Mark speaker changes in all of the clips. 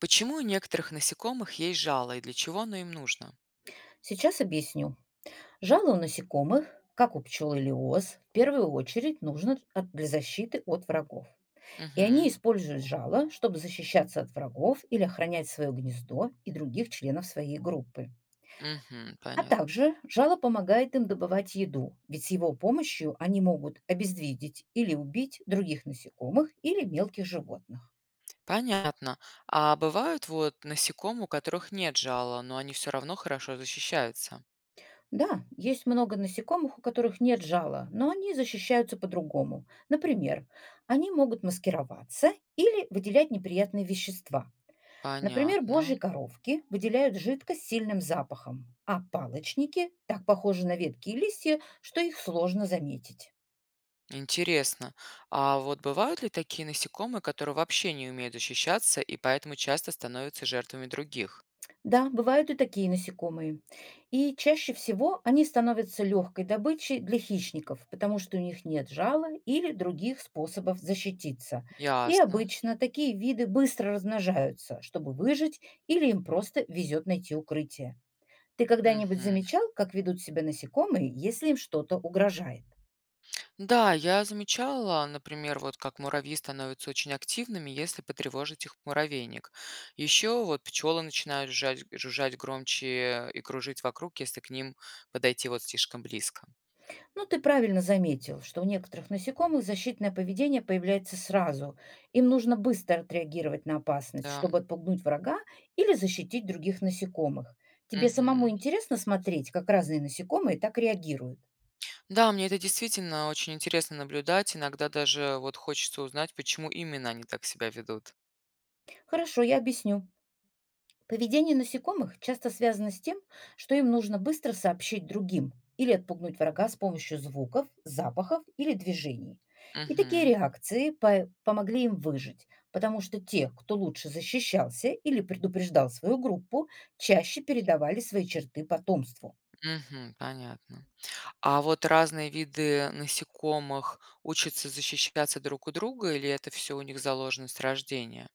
Speaker 1: Почему у некоторых насекомых есть жало и для чего оно им нужно?
Speaker 2: Сейчас объясню. Жало у насекомых, как у пчел или ос, в первую очередь нужно для защиты от врагов. И они
Speaker 1: Мгм.
Speaker 2: используют жало, чтобы защищаться от врагов или охранять свое гнездо и других членов своей группы.
Speaker 1: Мгм.
Speaker 2: А
Speaker 1: Понятно.
Speaker 2: также жало помогает им добывать еду, ведь с его помощью они могут обездвидеть или убить других насекомых или мелких животных.
Speaker 1: Понятно. А бывают вот насекомые, у которых нет жала, но они все равно хорошо защищаются?
Speaker 2: Да, есть много насекомых, у которых нет жала, но они защищаются по-другому. Например, они могут маскироваться или выделять неприятные вещества. Например,
Speaker 1: Понятно.
Speaker 2: божьи коровки выделяют жидкость с сильным запахом, а палочники так похожи на ветки и листья, что их сложно заметить.
Speaker 1: Интересно. А вот бывают ли такие насекомые, которые вообще не умеют защищаться и поэтому часто становятся жертвами других?
Speaker 2: Да, бывают и такие насекомые. И чаще всего они становятся легкой добычей для хищников, потому что у них нет жала или других способов защититься. И
Speaker 1: Ясно.
Speaker 2: обычно такие виды быстро размножаются, чтобы выжить или им просто везет найти укрытие. Ты когда-нибудь
Speaker 1: Мгм.
Speaker 2: замечал, как ведут себя насекомые, если им что-то угрожает?
Speaker 1: Да, я замечала, например, вот как муравьи становятся очень активными, если потревожить их муравейник. Еще вот пчелы начинают жужжать громче и кружить вокруг, если к ним подойти вот слишком близко.
Speaker 2: Ну, ты правильно заметил, что у некоторых насекомых защитное поведение появляется сразу. Им нужно быстро отреагировать на опасность,
Speaker 1: Да.
Speaker 2: чтобы отпугнуть врага или защитить других насекомых. Тебе самому
Speaker 1: Мгм.
Speaker 2: интересно смотреть, как разные насекомые так реагируют?
Speaker 1: Да, мне это действительно очень интересно наблюдать. Иногда даже вот хочется узнать, почему именно они так себя ведут.
Speaker 2: Хорошо, я объясню. Поведение насекомых часто связано с тем, что им нужно быстро сообщить другим или отпугнуть врага с помощью звуков, запахов или движений. И такие
Speaker 1: Угу,
Speaker 2: реакции помогли им выжить, потому что те, кто лучше защищался или предупреждал свою группу, чаще передавали свои черты потомству.
Speaker 1: угу, понятно. А вот разные виды насекомых учатся защищаться друг у друга, или это все у них заложено с рождения?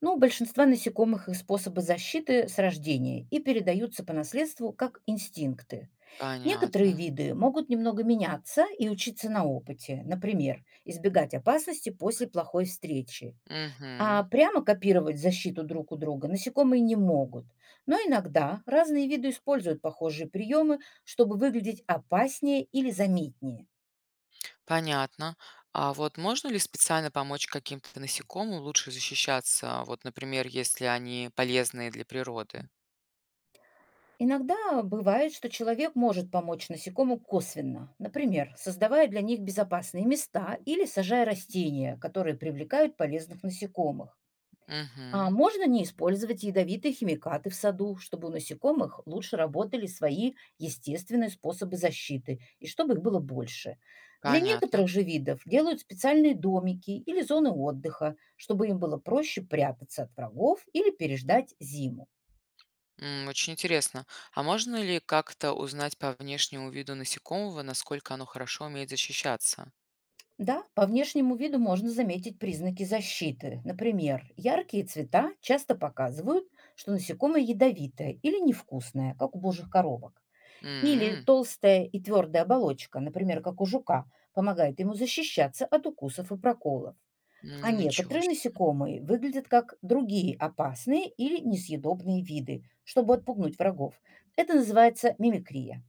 Speaker 2: Но у большинства насекомых их способы защиты с рождения и передаются по наследству как инстинкты.
Speaker 1: Понятно.
Speaker 2: Некоторые виды могут немного меняться и учиться на опыте, например, избегать опасности после плохой встречи. А
Speaker 1: Мгм.
Speaker 2: прямо копировать защиту друг у друга насекомые не могут. Но иногда разные виды используют похожие приемы, чтобы выглядеть опаснее или заметнее.
Speaker 1: Понятно. А вот можно ли специально помочь каким-то насекомым лучше защищаться? Вот, например, если они полезные для природы.
Speaker 2: Иногда бывает, что человек может помочь насекомым косвенно, например, создавая для них безопасные места или сажая растения, которые привлекают полезных насекомых. А
Speaker 1: Угу.
Speaker 2: можно не использовать ядовитые химикаты в саду, чтобы у насекомых лучше работали свои естественные способы защиты и чтобы их было больше. Для
Speaker 1: Понятно.
Speaker 2: некоторых же видов делают специальные домики или зоны отдыха, чтобы им было проще прятаться от врагов или переждать зиму.
Speaker 1: М. Очень интересно. А можно ли как-то узнать по внешнему виду насекомого, насколько оно хорошо умеет защищаться?
Speaker 2: Да, по внешнему виду можно заметить признаки защиты. Например, яркие цвета часто показывают, что насекомое ядовитое или невкусное, как у божьих коробок. Или
Speaker 1: М.
Speaker 2: толстая и твердая оболочка, например, как у жука, помогает ему защищаться от укусов и проколов. А
Speaker 1: М. Ничего
Speaker 2: некоторые
Speaker 1: себе.
Speaker 2: насекомые выглядят как другие опасные или несъедобные виды, чтобы отпугнуть врагов. Это называется мимикрия.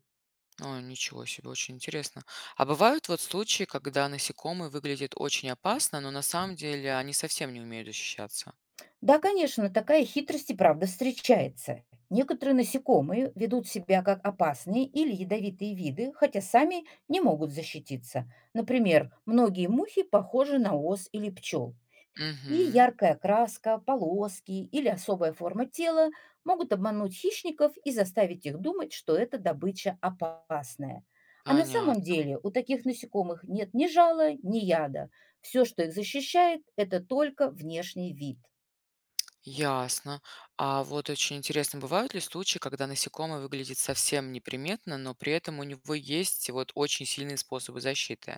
Speaker 1: Ой, ничего себе, очень интересно. А бывают вот случаи, когда насекомые выглядят очень опасно, но на самом деле они совсем не умеют защищаться?
Speaker 2: Да, конечно, такая хитрость и правда встречается. Некоторые насекомые ведут себя как опасные или ядовитые виды, хотя сами не могут защититься. Например, многие мухи похожи на ос или пчел. И
Speaker 1: Мгм.
Speaker 2: яркая краска, полоски или особая форма тела могут обмануть хищников и заставить их думать, что эта добыча опасная. А на самом
Speaker 1: Понятно.
Speaker 2: деле у таких насекомых нет ни жала, ни яда. Все, что их защищает, это только внешний вид.
Speaker 1: Ясно. А вот очень интересно, бывают ли случаи, когда насекомое выглядит совсем неприметно, но при этом у него есть вот очень сильные способы защиты?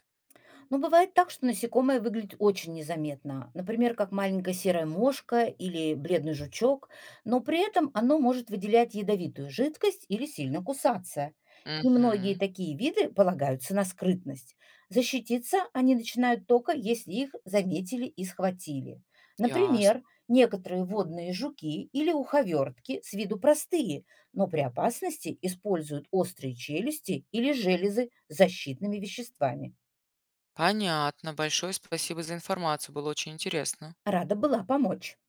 Speaker 2: Но бывает так, что насекомое выглядит очень незаметно, например, как маленькая серая мошка или бледный жучок, но при этом оно может выделять ядовитую жидкость или сильно кусаться. И многие
Speaker 1: Угу.
Speaker 2: такие виды полагаются на скрытность. Защититься они начинают только, если их заметили и схватили. Например,
Speaker 1: Ясно.
Speaker 2: некоторые водные жуки или уховертки с виду простые, но при опасности используют острые челюсти или железы с защитными веществами.
Speaker 1: Понятно. Большое спасибо за информацию. Было очень интересно.
Speaker 2: Рада была помочь.